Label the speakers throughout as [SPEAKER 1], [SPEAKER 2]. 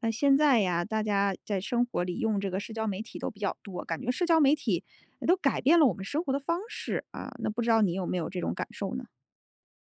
[SPEAKER 1] 那现在呀，大家在生活里用这个社交媒体都比较多，感觉社交媒体都改变了我们生活的方式啊。那不知道你有没有这种感受呢？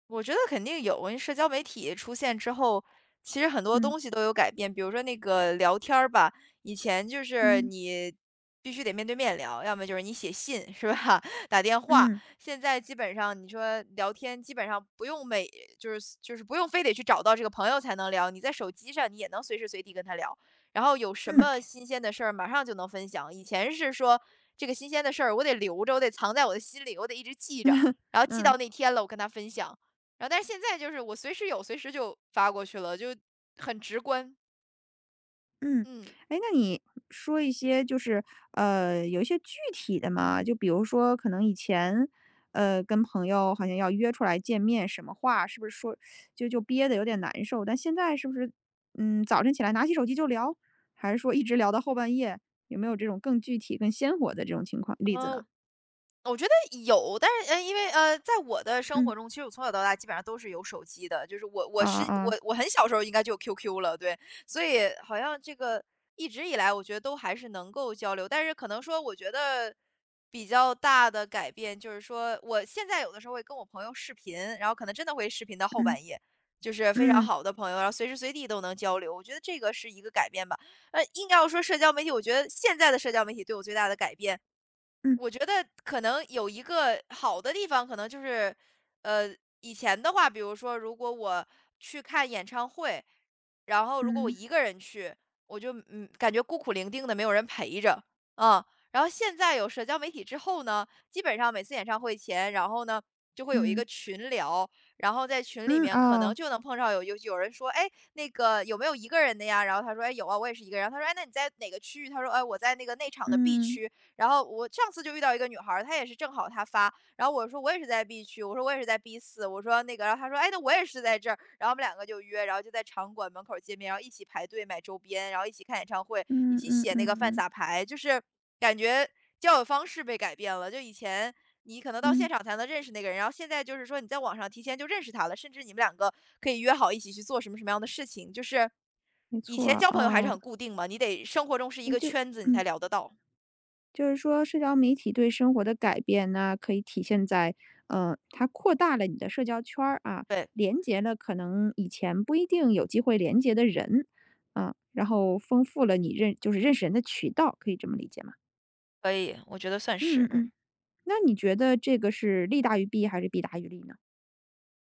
[SPEAKER 2] 我觉得肯定有，因为社交媒体出现之后，其实很多
[SPEAKER 1] 嗯
[SPEAKER 2] 东西都有改变。比如说那个聊天儿吧，以前就是
[SPEAKER 1] 嗯
[SPEAKER 2] 你必须得面对面聊，要么就是你写信，是吧？打电话。
[SPEAKER 1] 嗯
[SPEAKER 2] 现在基本上你说聊天，基本上不用每就是不用非得去找到这个朋友才能聊，你在手机上你也能随时随地跟他聊。然后有什么
[SPEAKER 1] 嗯
[SPEAKER 2] 新鲜的事儿，马上就能分享。以前是说这个新鲜的事儿，我得留着，我得藏在我的心里，我得一直记着，然后记
[SPEAKER 1] 嗯。
[SPEAKER 2] 到那天了，我跟他分享。然后但是现在就是我随时有，随时就发过去了，就很直观。
[SPEAKER 1] 嗯。
[SPEAKER 2] 嗯。
[SPEAKER 1] 哎，那你说一些就是，有一些具体的嘛？就比如说可能以前，跟朋友好像要约出来见面，什么话是不是说就憋的有点难受，但现在是不是，早晨起来拿起手机就聊，还是说一直聊到后半夜？有没有这种更具体、更鲜活的这种情况例子
[SPEAKER 2] 嗯。
[SPEAKER 1] 呢？
[SPEAKER 2] 我觉得有，但是因为在我的生
[SPEAKER 1] 嗯，
[SPEAKER 2] 活中，其实我从小到大基本上都是有手机的，就是我我
[SPEAKER 1] 啊
[SPEAKER 2] 是
[SPEAKER 1] 啊啊，
[SPEAKER 2] 我我很小时候应该就有 QQ 了，对，所以好像这个一直以来，我觉得都还是能够交流，但是可能说，我觉得比较大的改变就是说，我现在有的时候会跟我朋友视频，然后可能真的会视频到后
[SPEAKER 1] 嗯
[SPEAKER 2] 半夜。就是非常
[SPEAKER 1] 嗯
[SPEAKER 2] 好的朋友，然后随时随地都能交流，我觉得这个是一个改变吧。硬要说社交媒体，我觉得现在的社交媒体对我最大的改变，
[SPEAKER 1] 嗯
[SPEAKER 2] 我觉得可能有一个好的地方，可能就是，呃，以前的话，比如说，如果我去看演唱会，然后如果我
[SPEAKER 1] 嗯
[SPEAKER 2] 一个人去，我就感觉孤苦伶仃的，没有人陪着啊、然后现在有社交媒体之后呢，基本上每次演唱会前，然后呢就会有一个
[SPEAKER 1] 嗯
[SPEAKER 2] 群聊，然后在群里
[SPEAKER 1] 嗯
[SPEAKER 2] 面可能
[SPEAKER 1] 哦，啊
[SPEAKER 2] 就能碰上有人说，哎，那个有没有一个人的呀？然后他说，哎，有啊，我也是一个人。然后他说，哎，那你在哪个区域？他说，哎，我在那个内场的 B
[SPEAKER 1] 嗯
[SPEAKER 2] 区。然后我上次就遇到一个女孩儿，她也是正好她发，然后我说我也是在 B 区，我说我也是在 B 四，我说那个，然后她说，哎，那我也是在这儿，然后我们两个就约，然后就在场馆门口见面，然后一起排队买周边，然后一起看演唱会，一
[SPEAKER 1] 嗯
[SPEAKER 2] 起
[SPEAKER 1] 嗯
[SPEAKER 2] 写那个
[SPEAKER 1] 嗯
[SPEAKER 2] 饭
[SPEAKER 1] 嗯
[SPEAKER 2] 撒牌，就是感觉交友方式被改变了，就以前。你可能到现
[SPEAKER 1] 嗯，
[SPEAKER 2] 场才能认识那个人，然后现在就是说你在网上提前就认识他了，甚至你们两个可以约好一起去做什么什么样的事情。就是
[SPEAKER 1] 没
[SPEAKER 2] 以
[SPEAKER 1] 错，
[SPEAKER 2] 前
[SPEAKER 1] 啊，
[SPEAKER 2] 交朋友还是
[SPEAKER 1] 哦
[SPEAKER 2] 很固定嘛，你得生活中是一
[SPEAKER 1] 那
[SPEAKER 2] 个
[SPEAKER 1] 就
[SPEAKER 2] 圈子，你才
[SPEAKER 1] 嗯。
[SPEAKER 2] 聊得到。
[SPEAKER 1] 就是说社交媒体对生活的改变呢，可以体现在，它扩大了你的社交圈儿啊，
[SPEAKER 2] 对，
[SPEAKER 1] 连接了可能以前不一定有机会连接的人，啊，然后丰富了你就是认识人的渠道，可以这么理解吗？
[SPEAKER 2] 可以，我觉得算是，
[SPEAKER 1] 嗯嗯
[SPEAKER 2] 嗯，
[SPEAKER 1] 嗯。那你觉得这个是利大于弊还是弊大于利呢？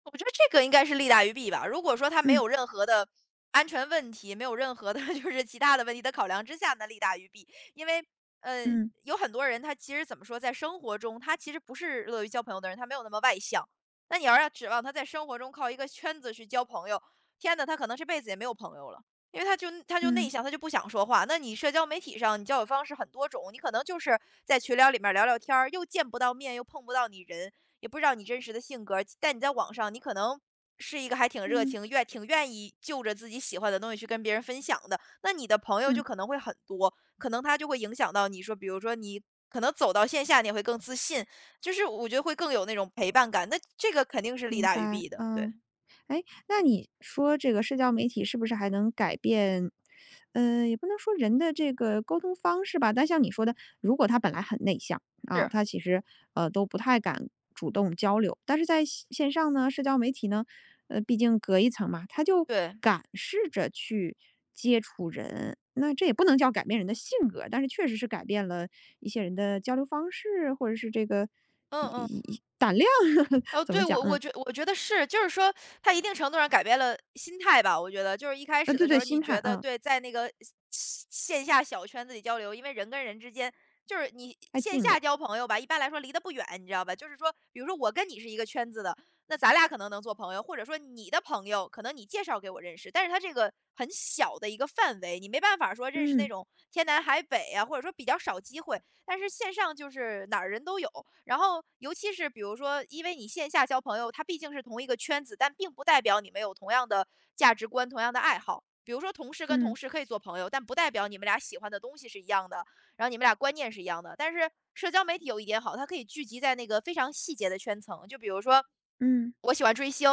[SPEAKER 2] 我觉得这个应该是利大于弊吧。如果说他没
[SPEAKER 1] 嗯
[SPEAKER 2] 有任何的安全问题，没有任何的 就是其他的问题的考量之下，那利大于弊。因为，呃，
[SPEAKER 1] 嗯
[SPEAKER 2] 有很多人他其实怎么说，在生活中他其实不是乐于交朋友的人，他没有那么外向。那你要让指望他在生活中靠一个圈子去交朋友，天呐，他可能这辈子也没有朋友了。因为他就内
[SPEAKER 1] 嗯
[SPEAKER 2] 向，他就不想说话。那你社交媒体上，你交友方式很多种，你可能就是在群聊里面聊聊天儿，又见不到面，又碰不到你人，也不知道你真实的性格，但你在网上，你可能是一个还挺热
[SPEAKER 1] 嗯
[SPEAKER 2] 情、愿挺愿意就着自己喜欢的东西去跟别人分享的，那你的朋友就
[SPEAKER 1] 嗯，
[SPEAKER 2] 可能会很多，可能他就会影响到你说，比如说你可能走到线下，你也会更自信，就是我觉得会更有那种陪伴感，那这个肯定是利
[SPEAKER 1] 明
[SPEAKER 2] 大于
[SPEAKER 1] 白，
[SPEAKER 2] 弊的，对，是，
[SPEAKER 1] 嗯。哎，那你说这个社交媒体是不是还能改变，也不能说人的这个沟通方式吧，但像你说的，如果他本来很内向啊，
[SPEAKER 2] 对。
[SPEAKER 1] 他其实都不太敢主动交流，但是线上呢，社交媒体呢，毕竟隔一层嘛，他就
[SPEAKER 2] 对，
[SPEAKER 1] 敢试着去接触人，那这也不能叫改变人的性格，但是确实是改变了一些人的交流方式，或者是这个一
[SPEAKER 2] 嗯嗯。
[SPEAKER 1] 一一胆量
[SPEAKER 2] 哦，
[SPEAKER 1] 怎么
[SPEAKER 2] 对，
[SPEAKER 1] 讲？
[SPEAKER 2] 我我
[SPEAKER 1] 嗯，
[SPEAKER 2] 觉我觉得是，就是说它一定程度上改变了心态吧，我觉得。就是一开
[SPEAKER 1] 啊，
[SPEAKER 2] 始的
[SPEAKER 1] 对
[SPEAKER 2] 时
[SPEAKER 1] 对，
[SPEAKER 2] 候，你
[SPEAKER 1] 心态
[SPEAKER 2] 觉得
[SPEAKER 1] 啊。
[SPEAKER 2] 对，在那个线下小圈子里交流，因为人跟人之间就是你
[SPEAKER 1] 太
[SPEAKER 2] 线
[SPEAKER 1] 近
[SPEAKER 2] 下
[SPEAKER 1] 了。
[SPEAKER 2] 交朋友吧，一般来说离得不远，你知道吧？就是说，比如说我跟你是一个圈子的，那咱俩可能能做朋友，或者说你的朋友可能你介绍给我认识，但是他这个很小的一个范围，你没办法说认识那
[SPEAKER 1] 嗯，
[SPEAKER 2] 种天南海北啊，或者说比较少机会。但是线上就是哪儿人都有，然后尤其是比如说，因为你线下交朋友，他毕竟是同一个圈子，但并不代表你们有同样的价值观、同样的爱好。比如说，同事跟同
[SPEAKER 1] 嗯，
[SPEAKER 2] 事可以做朋友，但不代表你们俩喜欢的东西是一样的，然后你们俩观念是一样的。但是社交媒体有一点好，它可以聚集在那个非常细节的圈层，就比如说
[SPEAKER 1] 嗯，
[SPEAKER 2] 我喜欢追星，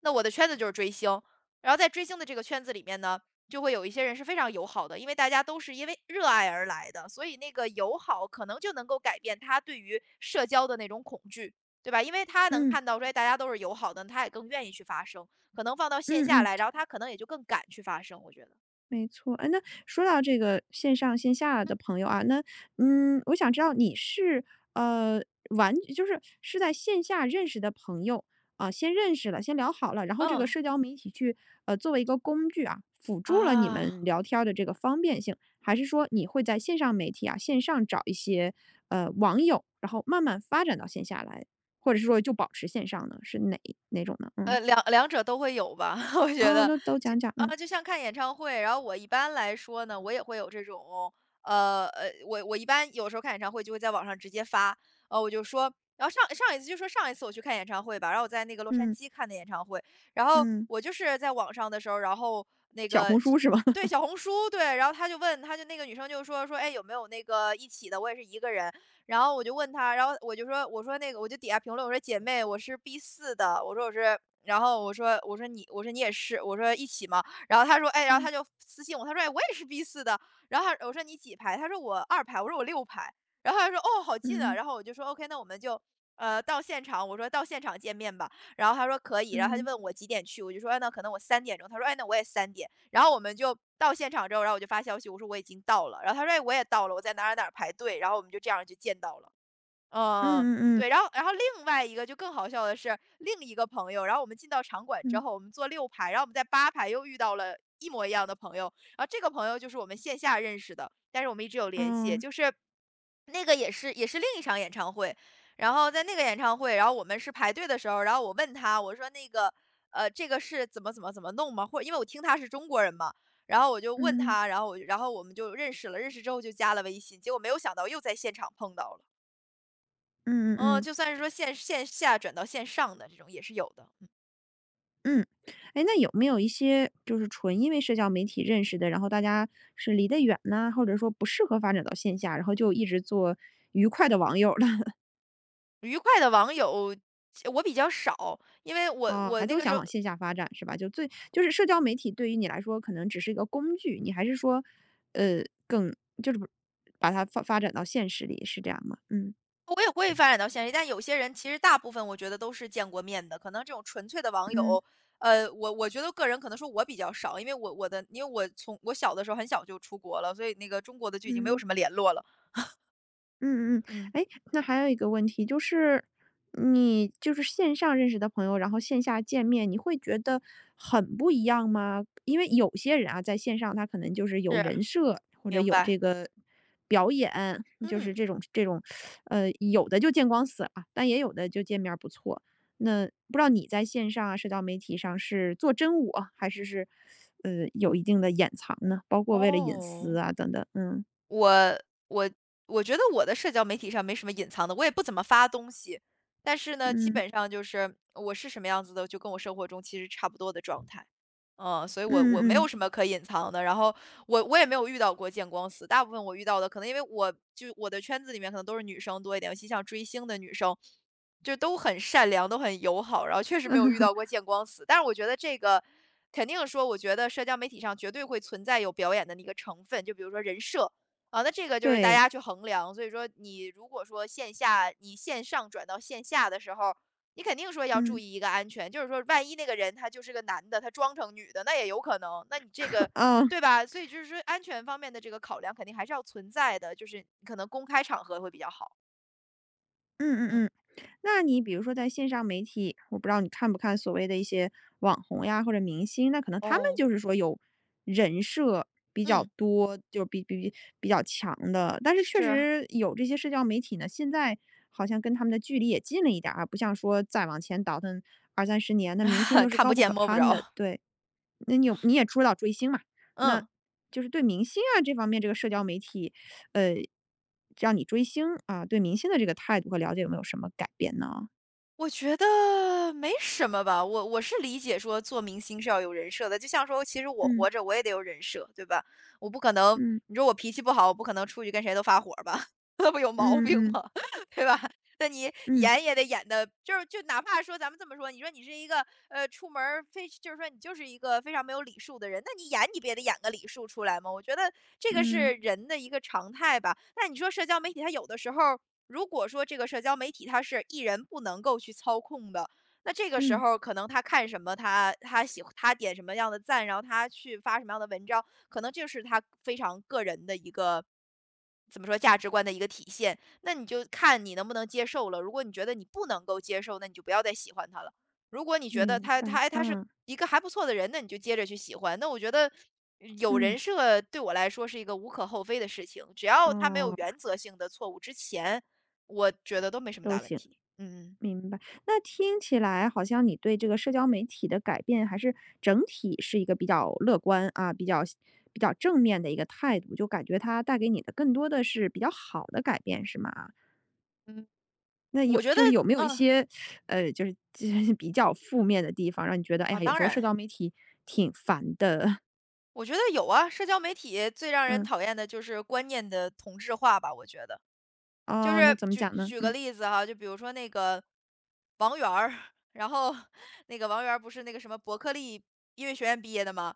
[SPEAKER 2] 那我的圈子就是追星，然后在追星的这个圈子里面呢。就会有一些人是非常友好的，因为大家都是因为热爱而来的，所以那个友好可能就能够改变他对于社交的那种恐惧，对吧？因为他能
[SPEAKER 1] 嗯，
[SPEAKER 2] 看到说，哎，大家都是友好的，他也更愿意去发声。可能放到线
[SPEAKER 1] 嗯
[SPEAKER 2] 下
[SPEAKER 1] 嗯，
[SPEAKER 2] 来，然后他可能也就更敢去发声，我觉得。
[SPEAKER 1] 没错。哎，那说到这个线上线下的朋友啊，那，我想知道你是，呃，就是在线下认识的朋友，啊，先认识了，先聊好了，然后这个
[SPEAKER 2] 嗯，
[SPEAKER 1] 社交媒体去，作为一个工具啊，辅助了你
[SPEAKER 2] 啊。
[SPEAKER 1] 们聊天儿的这个方便性，还是说你会在线上媒体啊，线上找一些，网友，然后慢慢发展到线下来，或者是说就保持线上呢？是哪种呢？嗯。
[SPEAKER 2] 两者都会有吧，我觉
[SPEAKER 1] 啊，
[SPEAKER 2] 得
[SPEAKER 1] 都
[SPEAKER 2] 这
[SPEAKER 1] 讲讲，嗯
[SPEAKER 2] 啊，就像看演唱会，然后我一般来说呢，我也会有这种，我一般有时候看演唱会就会在网上直接发，我就说，然后上一次我去看演唱会吧，然后我在那个洛杉
[SPEAKER 1] 嗯
[SPEAKER 2] 矶看的演唱会，然后
[SPEAKER 1] 嗯，
[SPEAKER 2] 我就是在网上的时候，然后那
[SPEAKER 1] 小
[SPEAKER 2] 个
[SPEAKER 1] 红书是吧？
[SPEAKER 2] 对 小红书对，然后他就问，他就那个女生就说，哎，有没有那个一起的？我也是一个人，然后我就问他，然后我就说那个我就底下评论，我说姐妹，我是 B 四的，我说我是。然后我说你也是一起吗？然后他说哎，然后
[SPEAKER 1] 嗯
[SPEAKER 2] 他就私信我，他说哎我也是 B 四的。然后他我说你几排？他说我二排，我说我六排。然后他说哦好近啊。
[SPEAKER 1] 嗯
[SPEAKER 2] 然后我就说 OK，那我们就到现场，我说到现场见面吧。然后他说可以，然后他就
[SPEAKER 1] 嗯
[SPEAKER 2] 问我几点去，我就说、哎那可能我三点钟。他说哎那我也三点。然后我们就到现场之后，然后我就发消息，我说我已经到了。然后他说：“哎，我也到了，我在哪儿哪儿排队。”然后我们就这样就见到了。
[SPEAKER 1] 嗯
[SPEAKER 2] 嗯，
[SPEAKER 1] 嗯嗯
[SPEAKER 2] 对。然后另外一个就更好笑的是，另一个朋友，然后我们进到场馆之
[SPEAKER 1] 嗯，
[SPEAKER 2] 后，我们坐六排，然后我们在八排又遇到了一模一样的朋友。然后这个朋友就是我们线下认识的，但是我们一直有联系，
[SPEAKER 1] 哦，
[SPEAKER 2] 就是。那个也是另一场演唱会。然后在那个演唱会，然后我们是排队的时候，然后我问他，我说那个，这个是怎么弄吗？或者因为我听他是中国人嘛，然后我就问
[SPEAKER 1] 嗯嗯
[SPEAKER 2] 他，然后我们就认识了，认识之后就加了微信，结果没有想到又在现场碰到了。
[SPEAKER 1] 嗯
[SPEAKER 2] 嗯，
[SPEAKER 1] 嗯
[SPEAKER 2] 就算是说线下转到线上的这种也是有的。嗯
[SPEAKER 1] 嗯。哎，那有没有一些就是纯因为社交媒体认识的，然后大家是离得远呐，或者说不适合发展到线下，然后就一直做愉快的网友了，
[SPEAKER 2] 愉快的网友我比较少，因为我
[SPEAKER 1] 啊，
[SPEAKER 2] 我
[SPEAKER 1] 还
[SPEAKER 2] 那
[SPEAKER 1] 都
[SPEAKER 2] 个时
[SPEAKER 1] 想
[SPEAKER 2] 候
[SPEAKER 1] 往线下发展是吧？就是社交媒体对于你来说可能只是一个工具，你还是说，更就是把它发展到现实里，是这样吗？嗯
[SPEAKER 2] 我也会发展到现实，但有些人其实大部分我觉得都是见过面的，可能这种纯粹的网
[SPEAKER 1] 嗯。
[SPEAKER 2] 友。我觉得个人可能说我比较少，因为我从我小的时候很小就出国了，所以那个中国的就已经没有
[SPEAKER 1] 嗯，
[SPEAKER 2] 什么联络了。
[SPEAKER 1] 嗯嗯。
[SPEAKER 2] 嗯，
[SPEAKER 1] 哎，那还有一个问题就是，你就是线上认识的朋友，然后线下见面，你会觉得很不一样吗？因为有些人啊，在线上他可能就是有
[SPEAKER 2] 是，
[SPEAKER 1] 人设，或者
[SPEAKER 2] 明
[SPEAKER 1] 有
[SPEAKER 2] 白，
[SPEAKER 1] 这个表演，就是
[SPEAKER 2] 嗯。
[SPEAKER 1] 这种，有的就见光死了，但也有的就见面儿不错。那不知道你在线上啊，社交媒体上是做真我，还是，有一定的掩藏呢？包括为了隐私
[SPEAKER 2] 哦，
[SPEAKER 1] 啊等等，嗯，
[SPEAKER 2] 我我我觉得我的社交媒体上没什么隐藏的，我也不怎么发东西。但是呢，基
[SPEAKER 1] 嗯，
[SPEAKER 2] 本上就是我是什么样子的，就跟我生活中其实差不多的状态。嗯，所以我没
[SPEAKER 1] 嗯
[SPEAKER 2] 有
[SPEAKER 1] 嗯。
[SPEAKER 2] 什么可隐藏的，然后我也没有遇到过见光死。大部分我遇到的可能因为我就我的圈子里面可能都是女生多一点，尤其像追星的女生，就都很善良，都很友好，然后确实没有遇到过见光死。但是我觉得这个肯定说，我觉得社交媒体上绝对会存在有表演的那个成分，就比如说人设。啊，那这个就是大
[SPEAKER 1] 对，
[SPEAKER 2] 家去衡量。所以说，你如果说线下你线上转到线下的时候，你肯定说要注
[SPEAKER 1] 嗯，
[SPEAKER 2] 意一个安全，就是说万一那个人他就是个男的，他装成女的，那也有可能。那你这个
[SPEAKER 1] 哦，
[SPEAKER 2] 对吧？所以就是说安全方面的这个考量肯定还是要存在的，就是可能公开场合会比较好。
[SPEAKER 1] 嗯嗯
[SPEAKER 2] 嗯，
[SPEAKER 1] 嗯。那你比如说在线上媒体，我不知道你看不看所谓的一些网红呀或者明星，那可能他们
[SPEAKER 2] 哦，
[SPEAKER 1] 就是说有人设比较
[SPEAKER 2] 嗯，
[SPEAKER 1] 多，就比较强的。但是确
[SPEAKER 2] 是，
[SPEAKER 1] 实有这些社交媒体呢，现在好像跟他们的距离也近了一点儿啊，不像说再往前倒腾二三十年，那明星都 是
[SPEAKER 2] 看不
[SPEAKER 1] 高不
[SPEAKER 2] 见
[SPEAKER 1] 可
[SPEAKER 2] 摸不
[SPEAKER 1] 攀的。
[SPEAKER 2] 着。
[SPEAKER 1] 对。那你也知道追星嘛，那
[SPEAKER 2] 嗯。
[SPEAKER 1] 就是对明星啊这方面这个社交媒体，呃，让你追星啊，对明星的这个态度和了解有没有什么改变呢？
[SPEAKER 2] 我觉得没什么吧，我是理解说做明星是要有人设的，就像说其实我活
[SPEAKER 1] 嗯
[SPEAKER 2] 着我也得有人设，对吧？我不可能，
[SPEAKER 1] 嗯
[SPEAKER 2] 你说我脾气不好，我不可能出去跟谁都发火儿吧，那不有毛病
[SPEAKER 1] 嗯嗯
[SPEAKER 2] 吗？对吧？那你
[SPEAKER 1] 嗯
[SPEAKER 2] 演也得演的，就是就哪怕说咱们这么说，你说你是一个出门儿非就是说你就是一个非常没有礼数的人，那你演你不也得演个礼数出来吗？我觉得这个是
[SPEAKER 1] 嗯
[SPEAKER 2] 人的一个常态吧。那你说社交媒体它有的时候。如果说这个社交媒体他是艺人不能够去操控的，那这个时
[SPEAKER 1] 嗯，
[SPEAKER 2] 候可能他看什么，他点什么样的赞，然后他去发什么样的文章，可能就是他非常个人的一个怎么说价值观的一个体现。那你就看你能不能接受了。如果你觉得你不能够接受，那你就不要再喜欢他了。如果你觉得
[SPEAKER 1] 明
[SPEAKER 2] 他他
[SPEAKER 1] 白，
[SPEAKER 2] 哎他是
[SPEAKER 1] 嗯
[SPEAKER 2] 一个还不错的人，那你就接着去喜欢。那我觉得有人
[SPEAKER 1] 嗯，
[SPEAKER 2] 设对我来说是一个无可厚非的事情，只要他没有
[SPEAKER 1] 哦，
[SPEAKER 2] 原则性的错误之前，我觉得都没什么
[SPEAKER 1] 都
[SPEAKER 2] 大问
[SPEAKER 1] 行。
[SPEAKER 2] 题。嗯。
[SPEAKER 1] 明白。那听起来好像你对这个社交媒体的改变还是整体是一个比较乐观啊，比较正面的一个态度，就感觉它带给你的更多的是比较好的改变，是吗？
[SPEAKER 2] 嗯，
[SPEAKER 1] 那
[SPEAKER 2] 我
[SPEAKER 1] 有
[SPEAKER 2] 觉得
[SPEAKER 1] 就是有没有一
[SPEAKER 2] 嗯，
[SPEAKER 1] 些，就是 比较负面的地方，让你觉得，哎
[SPEAKER 2] 啊，
[SPEAKER 1] 呀，有
[SPEAKER 2] 当
[SPEAKER 1] 时候社
[SPEAKER 2] 然，
[SPEAKER 1] 交媒体挺烦的。
[SPEAKER 2] 我觉得有啊，社交媒体最让人
[SPEAKER 1] 嗯，
[SPEAKER 2] 讨厌的就是观念的同质化吧，我觉得。就
[SPEAKER 1] 哦，
[SPEAKER 2] 是
[SPEAKER 1] 那怎么
[SPEAKER 2] 举
[SPEAKER 1] 讲呢？
[SPEAKER 2] 举个
[SPEAKER 1] 嗯，
[SPEAKER 2] 例子哈，就比如说那个王源儿，然后那个王源儿不是那个什么伯克利音乐学院毕业的吗？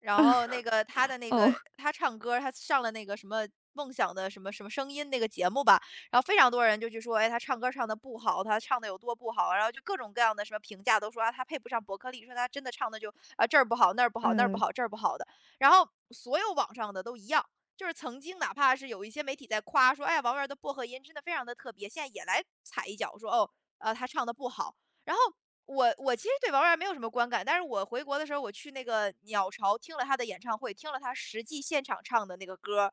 [SPEAKER 2] 然后那个他的那
[SPEAKER 1] 哦，
[SPEAKER 2] 个他唱歌儿他上了那个什么梦想的什么什么声音那个节目吧，然后非常多人就去说，哎，他唱歌唱的不好，他唱的有多不好啊，然后就各种各样的什么评价都说啊，他配不上伯克利，说他真的唱的就啊这儿不好那儿不好那儿不
[SPEAKER 1] 呃，
[SPEAKER 2] 好这儿不好的，然后所有网上的都一样。就是曾经哪怕是有一些媒体在夸说，哎呀，王源的薄荷音真的非常的特别，现在也来踩一脚说，哦，他唱的不好。然后我其实对王源没有什么观感，但是我回国的时候，我去那个鸟巢听了他的演唱会，听了他实际现场唱的那个歌，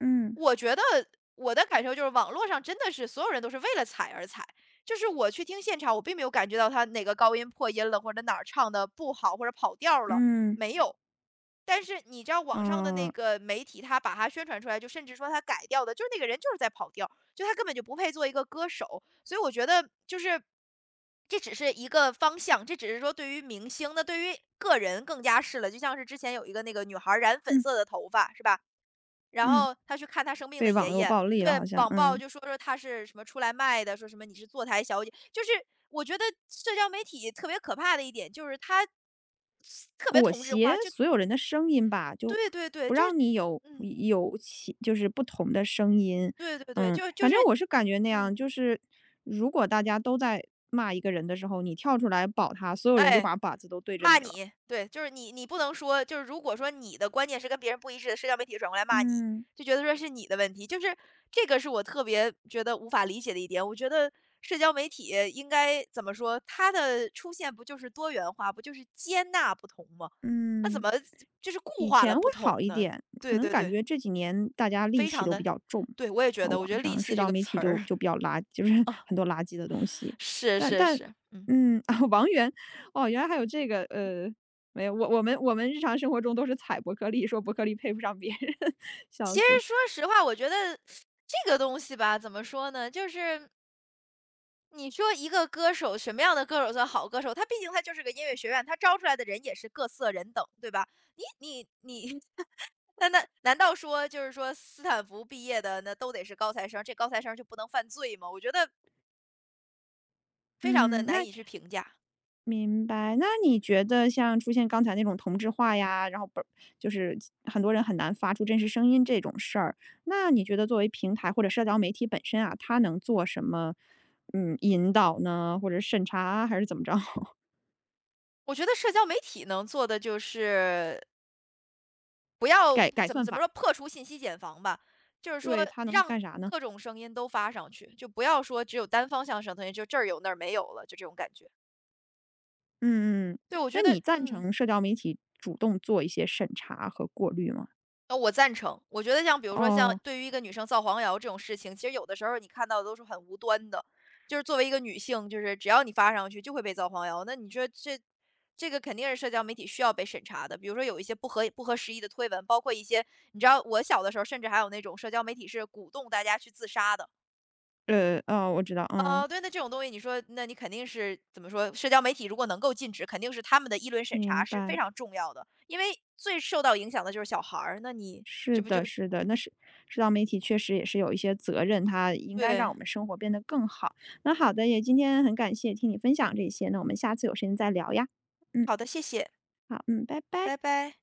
[SPEAKER 1] 嗯
[SPEAKER 2] 我觉得我的感受就是网络上真的是所有人都是为了踩而踩，就是我去听现场，我并没有感觉到他哪个高音破音了，或者哪儿唱的不好，或者跑调儿了，
[SPEAKER 1] 嗯，
[SPEAKER 2] 没有。但是你知道网上的那
[SPEAKER 1] 哦，
[SPEAKER 2] 个媒体，他把它宣传出来，就甚至说他改掉的，就是那个人就是在跑调，就他根本就不配做一个歌手。所以我觉得就是这只是一个方向，这只是说对于明星，那对于个人更加是了。就像是之前有一个那个女孩染粉
[SPEAKER 1] 嗯
[SPEAKER 2] 色的头发，是吧？然
[SPEAKER 1] 嗯，
[SPEAKER 2] 后他去看他生病的
[SPEAKER 1] 被网
[SPEAKER 2] 爷
[SPEAKER 1] 络
[SPEAKER 2] 爷，
[SPEAKER 1] 暴力了
[SPEAKER 2] 对，
[SPEAKER 1] 好像，
[SPEAKER 2] 网暴
[SPEAKER 1] 嗯，
[SPEAKER 2] 就说他是什么出来卖的，说什么你是坐台小姐，就是我觉得社交媒体特别可怕的一点就是它特别
[SPEAKER 1] 裹
[SPEAKER 2] 同质
[SPEAKER 1] 挟
[SPEAKER 2] 化，就
[SPEAKER 1] 所有人的声音吧，就
[SPEAKER 2] 对对对，
[SPEAKER 1] 不
[SPEAKER 2] 就是
[SPEAKER 1] 让你有
[SPEAKER 2] 嗯，
[SPEAKER 1] 有其就是不同的声音。
[SPEAKER 2] 对对对，
[SPEAKER 1] 嗯，
[SPEAKER 2] 就
[SPEAKER 1] 反
[SPEAKER 2] 是
[SPEAKER 1] 正我是感觉那
[SPEAKER 2] 嗯，
[SPEAKER 1] 样，就是如果大家都在骂一个人的时候，你跳出来保他，所有人就
[SPEAKER 2] 哎。
[SPEAKER 1] 把靶子都对着
[SPEAKER 2] 骂
[SPEAKER 1] 你了。
[SPEAKER 2] 你，对，就是你不能说，就是如果说你的观念是跟别人不一致的，社交媒体转过来骂你，
[SPEAKER 1] 嗯
[SPEAKER 2] 就觉得说是你的问题，就是这个是我特别觉得无法理解的一点。我觉得社交媒体应该怎么说，它的出现不就是多元化，不就是接纳不同吗？那怎
[SPEAKER 1] 嗯。
[SPEAKER 2] 么就是固
[SPEAKER 1] 以
[SPEAKER 2] 化了
[SPEAKER 1] 前会
[SPEAKER 2] 不
[SPEAKER 1] 好
[SPEAKER 2] 同
[SPEAKER 1] 一
[SPEAKER 2] 呢？
[SPEAKER 1] 点，可
[SPEAKER 2] 对
[SPEAKER 1] 能
[SPEAKER 2] 对
[SPEAKER 1] 感
[SPEAKER 2] 对，
[SPEAKER 1] 觉这几年大家戾
[SPEAKER 2] 非
[SPEAKER 1] 气
[SPEAKER 2] 常
[SPEAKER 1] 都比
[SPEAKER 2] 的，
[SPEAKER 1] 较重，
[SPEAKER 2] 对我也觉
[SPEAKER 1] 然后
[SPEAKER 2] 得，我觉
[SPEAKER 1] 网
[SPEAKER 2] 得"戾
[SPEAKER 1] 上
[SPEAKER 2] 气"
[SPEAKER 1] 社
[SPEAKER 2] 这
[SPEAKER 1] 交
[SPEAKER 2] 个
[SPEAKER 1] 媒
[SPEAKER 2] 词
[SPEAKER 1] 体就
[SPEAKER 2] 儿
[SPEAKER 1] 就比较就是
[SPEAKER 2] 啊，
[SPEAKER 1] 很多垃圾的东西。
[SPEAKER 2] 是
[SPEAKER 1] 但
[SPEAKER 2] 是
[SPEAKER 1] 但
[SPEAKER 2] 是，嗯。
[SPEAKER 1] 嗯，啊，王源，哦，原来还有这个，没有，我们日常生活中都是踩伯克利，说伯克利配不上别人，笑
[SPEAKER 2] 其实
[SPEAKER 1] 死。
[SPEAKER 2] 说实话，我觉得这个东西吧，怎么说呢？就是你说一个歌手，什么样的歌手算好歌手？他毕竟他就是个音乐学院，他招出来的人也是各色人等，对吧？你你你，那难道说就是说斯坦福毕业的那都得是高材生，这高材生就不能犯罪吗？我觉得非常的
[SPEAKER 1] 嗯，
[SPEAKER 2] 难
[SPEAKER 1] 那
[SPEAKER 2] 以去评价。
[SPEAKER 1] 明白，那你觉得像出现刚才那种同质化呀，然后不就是很多人很难发出真实声音这种事儿，那你觉得作为平台或者社交媒体本身啊，它能做什么，引导呢，或者审查啊还是怎么着？
[SPEAKER 2] 我觉得社交媒体能做的就是不要
[SPEAKER 1] 改改
[SPEAKER 2] 怎么
[SPEAKER 1] 算
[SPEAKER 2] 怎么
[SPEAKER 1] 法，
[SPEAKER 2] 说破除信息茧房吧，就是说
[SPEAKER 1] 对，它能
[SPEAKER 2] 让
[SPEAKER 1] 干啥呢？
[SPEAKER 2] 各种声音都发上去，就不要说只有单方向上的声音，就这儿有那儿没有了，就这种感觉。
[SPEAKER 1] 嗯嗯。
[SPEAKER 2] 对，我觉
[SPEAKER 1] 那
[SPEAKER 2] 得，
[SPEAKER 1] 你赞
[SPEAKER 2] 嗯，
[SPEAKER 1] 成社交媒体主动做一些审查和过滤吗？
[SPEAKER 2] 我赞成。我觉得像比如说像
[SPEAKER 1] 哦，
[SPEAKER 2] 对于一个女生造黄谣这种事情，其实有的时候你看到的都是很无端的，就是作为一个女性，就是只要你发上去就会被造黄谣。那你说这个肯定是社交媒体需要被审查的。比如说有一些不合时宜的推文，包括一些你知道我小的时候，甚至还有那种社交媒体是鼓动大家去自杀的。
[SPEAKER 1] 哦，我知道，嗯，
[SPEAKER 2] 啊、对，那这种东西，你说，那你肯定是怎么说？社交媒体如果能够禁止，肯定是他们的议论审查
[SPEAKER 1] 明
[SPEAKER 2] 是非
[SPEAKER 1] 白。
[SPEAKER 2] 常重要的，因为最受到影响的就是小孩儿。那你
[SPEAKER 1] 是
[SPEAKER 2] 这不就
[SPEAKER 1] 的，是的，那是社交媒体确实也是有一些责任，它应该让
[SPEAKER 2] 对？
[SPEAKER 1] 我们生活变得更好。那好的，也今天很感谢听你分享这些，那我们下次有时间再聊呀。嗯，
[SPEAKER 2] 好的，谢谢，
[SPEAKER 1] 好，嗯，拜
[SPEAKER 2] 拜
[SPEAKER 1] 拜。
[SPEAKER 2] 拜。